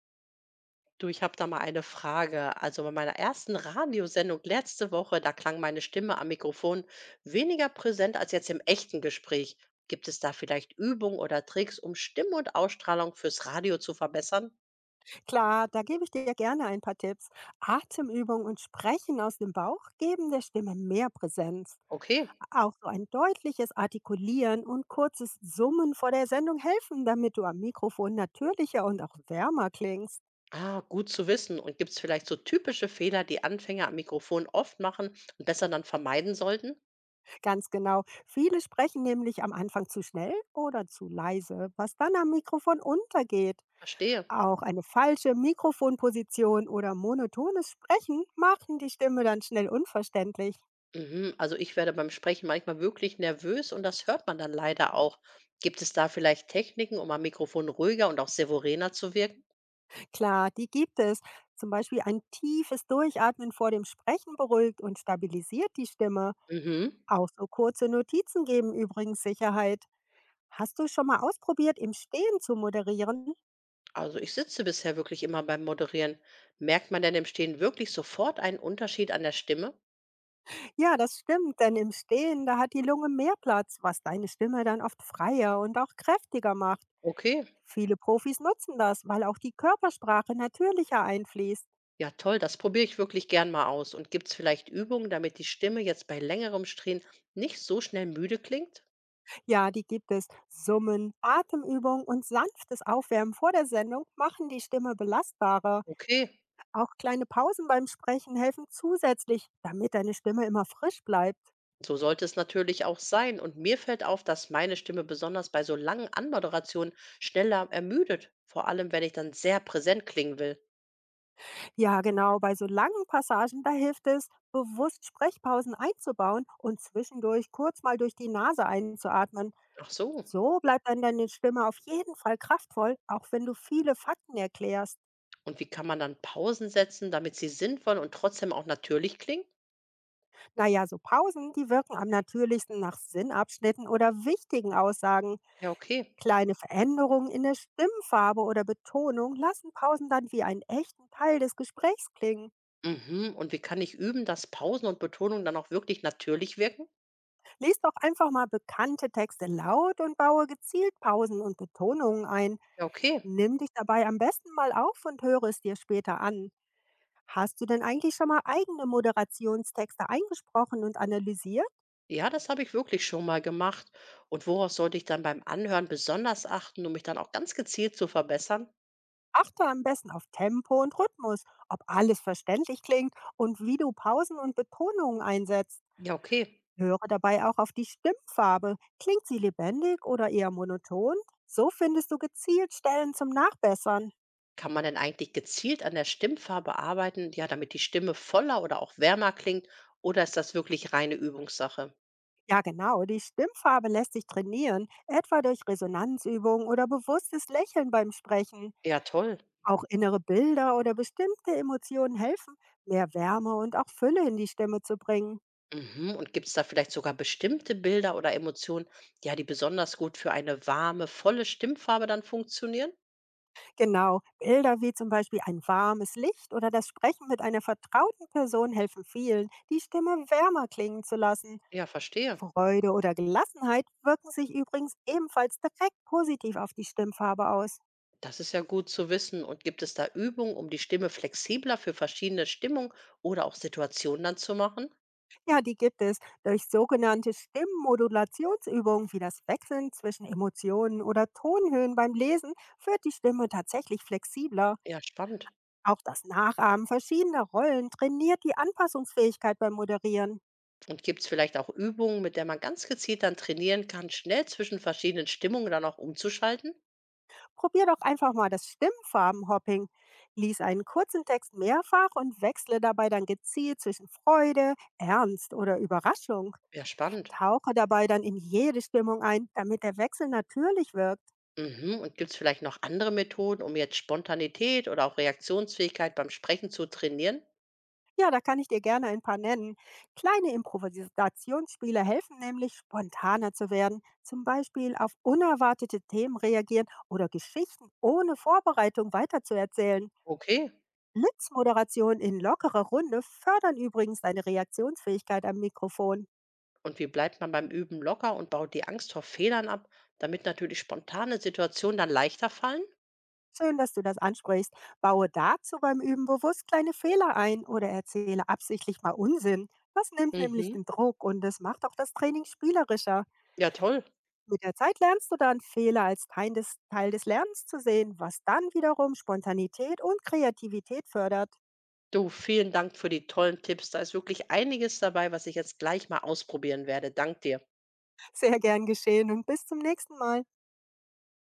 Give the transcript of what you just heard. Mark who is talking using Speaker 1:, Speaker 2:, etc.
Speaker 1: Du, ich habe da mal eine Frage. Also bei meiner ersten Radiosendung letzte Woche, da klang meine Stimme am Mikrofon weniger präsent als jetzt im echten Gespräch. Gibt es da vielleicht Übungen oder Tricks, um Stimme und Ausstrahlung fürs Radio zu verbessern?
Speaker 2: Klar, da gebe ich dir gerne ein paar Tipps. Atemübungen und Sprechen aus dem Bauch geben der Stimme mehr Präsenz.
Speaker 1: Okay.
Speaker 2: Auch so ein deutliches Artikulieren und kurzes Summen vor der Sendung helfen, damit du am Mikrofon natürlicher und auch wärmer klingst.
Speaker 1: Ah, gut zu wissen. Und gibt es vielleicht so typische Fehler, die Anfänger am Mikrofon oft machen und besser dann vermeiden sollten?
Speaker 2: Ganz genau. Viele sprechen nämlich am Anfang zu schnell oder zu leise, was dann am Mikrofon untergeht.
Speaker 1: Verstehe.
Speaker 2: Auch eine falsche Mikrofonposition oder monotones Sprechen machen die Stimme dann schnell unverständlich.
Speaker 1: Mhm, also ich werde beim Sprechen manchmal wirklich nervös und das hört man dann leider auch. Gibt es da vielleicht Techniken, um am Mikrofon ruhiger und auch severener zu wirken?
Speaker 2: Klar, die gibt es. Zum Beispiel ein tiefes Durchatmen vor dem Sprechen beruhigt und stabilisiert die Stimme.
Speaker 1: Mhm.
Speaker 2: Auch so kurze Notizen geben übrigens Sicherheit. Hast du schon mal ausprobiert, im Stehen zu moderieren?
Speaker 1: Also ich sitze bisher wirklich immer beim Moderieren. Merkt man denn im Stehen wirklich sofort einen Unterschied an der Stimme?
Speaker 2: Ja, das stimmt, denn im Stehen, da hat die Lunge mehr Platz, was deine Stimme dann oft freier und auch kräftiger macht.
Speaker 1: Okay,
Speaker 2: Viele Profis nutzen das, weil auch die Körpersprache natürlicher einfließt.
Speaker 1: ja toll, das probiere ich wirklich gern mal aus. Und gibt es vielleicht Übungen, damit die Stimme jetzt bei längerem Strehen nicht so schnell müde klingt?
Speaker 2: Ja, die gibt es. Summen, Atemübung und sanftes Aufwärmen vor der Sendung machen die Stimme belastbarer.
Speaker 1: Okay.
Speaker 2: Auch kleine Pausen beim Sprechen helfen zusätzlich, damit deine Stimme immer frisch bleibt.
Speaker 1: So sollte es natürlich auch sein. Und mir fällt auf, dass meine Stimme besonders bei so langen Anmoderationen schneller ermüdet. Vor allem, wenn ich dann sehr präsent klingen will.
Speaker 2: Ja, genau, bei so langen Passagen, da hilft es, bewusst Sprechpausen einzubauen und zwischendurch kurz mal durch die Nase einzuatmen.
Speaker 1: Ach so.
Speaker 2: So bleibt dann deine Stimme auf jeden Fall kraftvoll, auch wenn du viele Fakten erklärst.
Speaker 1: Und wie kann man dann Pausen setzen, damit sie sinnvoll und trotzdem auch natürlich klingen?
Speaker 2: Naja, so Pausen, die wirken am natürlichsten nach Sinnabschnitten oder wichtigen Aussagen.
Speaker 1: Ja, okay.
Speaker 2: Kleine Veränderungen in der Stimmfarbe oder Betonung lassen Pausen dann wie einen echten Teil des Gesprächs klingen.
Speaker 1: Mhm. Und wie kann ich üben, dass Pausen und Betonung dann auch wirklich natürlich wirken?
Speaker 2: Lies doch einfach mal bekannte Texte laut und baue gezielt Pausen und Betonungen ein.
Speaker 1: Ja, okay.
Speaker 2: Nimm dich dabei am besten mal auf und höre es dir später an. Hast du denn eigentlich schon mal eigene Moderationstexte eingesprochen und analysiert?
Speaker 1: Ja, das habe ich wirklich schon mal gemacht. Und worauf sollte ich dann beim Anhören besonders achten, um mich dann auch ganz gezielt zu verbessern?
Speaker 2: Achte am besten auf Tempo und Rhythmus, ob alles verständlich klingt und wie du Pausen und Betonungen einsetzt.
Speaker 1: Ja, okay.
Speaker 2: Höre dabei auch auf die Stimmfarbe. Klingt sie lebendig oder eher monoton? So findest du gezielt Stellen zum Nachbessern.
Speaker 1: Kann man denn eigentlich gezielt an der Stimmfarbe arbeiten, ja, damit die Stimme voller oder auch wärmer klingt? Oder ist das wirklich reine Übungssache?
Speaker 2: Ja, genau. Die Stimmfarbe lässt sich trainieren, etwa durch Resonanzübungen oder bewusstes Lächeln beim Sprechen.
Speaker 1: Ja, toll.
Speaker 2: Auch innere Bilder oder bestimmte Emotionen helfen, mehr Wärme und auch Fülle in die Stimme zu bringen.
Speaker 1: Mhm. Und gibt es da vielleicht sogar bestimmte Bilder oder Emotionen, ja, die besonders gut für eine warme, volle Stimmfarbe dann funktionieren?
Speaker 2: Genau, Bilder wie zum Beispiel ein warmes Licht oder das Sprechen mit einer vertrauten Person helfen vielen, die Stimme wärmer klingen zu lassen.
Speaker 1: Ja, verstehe.
Speaker 2: Freude oder Gelassenheit wirken sich übrigens ebenfalls direkt positiv auf die Stimmfarbe aus.
Speaker 1: Das ist ja gut zu wissen. Und gibt es da Übungen, um die Stimme flexibler für verschiedene Stimmungen oder auch Situationen dann zu machen?
Speaker 2: Ja, die gibt es durch sogenannte Stimmmodulationsübungen wie das Wechseln zwischen Emotionen oder Tonhöhen beim Lesen wird die Stimme tatsächlich flexibler.
Speaker 1: Ja, spannend.
Speaker 2: Auch das Nachahmen verschiedener Rollen trainiert die Anpassungsfähigkeit beim Moderieren.
Speaker 1: Und gibt es vielleicht auch Übungen, mit der man ganz gezielt dann trainieren kann, schnell zwischen verschiedenen Stimmungen dann auch umzuschalten?
Speaker 2: Probier doch einfach mal das Stimmfarbenhopping. Lies einen kurzen Text mehrfach und wechsle dabei dann gezielt zwischen Freude, Ernst oder Überraschung.
Speaker 1: Ja, spannend.
Speaker 2: Tauche dabei dann in jede Stimmung ein, damit der Wechsel natürlich wirkt.
Speaker 1: Mhm. Und gibt es vielleicht noch andere Methoden, um jetzt Spontanität oder auch Reaktionsfähigkeit beim Sprechen zu trainieren?
Speaker 2: Ja, da kann ich dir gerne ein paar nennen. Kleine Improvisationsspiele helfen nämlich, spontaner zu werden, zum Beispiel auf unerwartete Themen reagieren oder Geschichten ohne Vorbereitung weiterzuerzählen.
Speaker 1: Okay.
Speaker 2: Blitzmoderation in lockerer Runde fördern übrigens deine Reaktionsfähigkeit am Mikrofon.
Speaker 1: Und wie bleibt man beim Üben locker und baut die Angst vor Fehlern ab, damit natürlich spontane Situationen dann leichter fallen?
Speaker 2: Schön, dass du das ansprichst. Baue dazu beim Üben bewusst kleine Fehler ein oder erzähle absichtlich mal Unsinn. Das nimmt nämlich
Speaker 1: Mhm.
Speaker 2: den Druck und es macht auch das Training spielerischer.
Speaker 1: Ja, toll.
Speaker 2: Mit der Zeit lernst du dann, Fehler als Teil des Lernens zu sehen, was dann wiederum Spontanität und Kreativität fördert.
Speaker 1: Du, vielen Dank für die tollen Tipps. Da ist wirklich einiges dabei, was ich jetzt gleich mal ausprobieren werde. Dank dir.
Speaker 2: Sehr gern geschehen und bis zum nächsten Mal.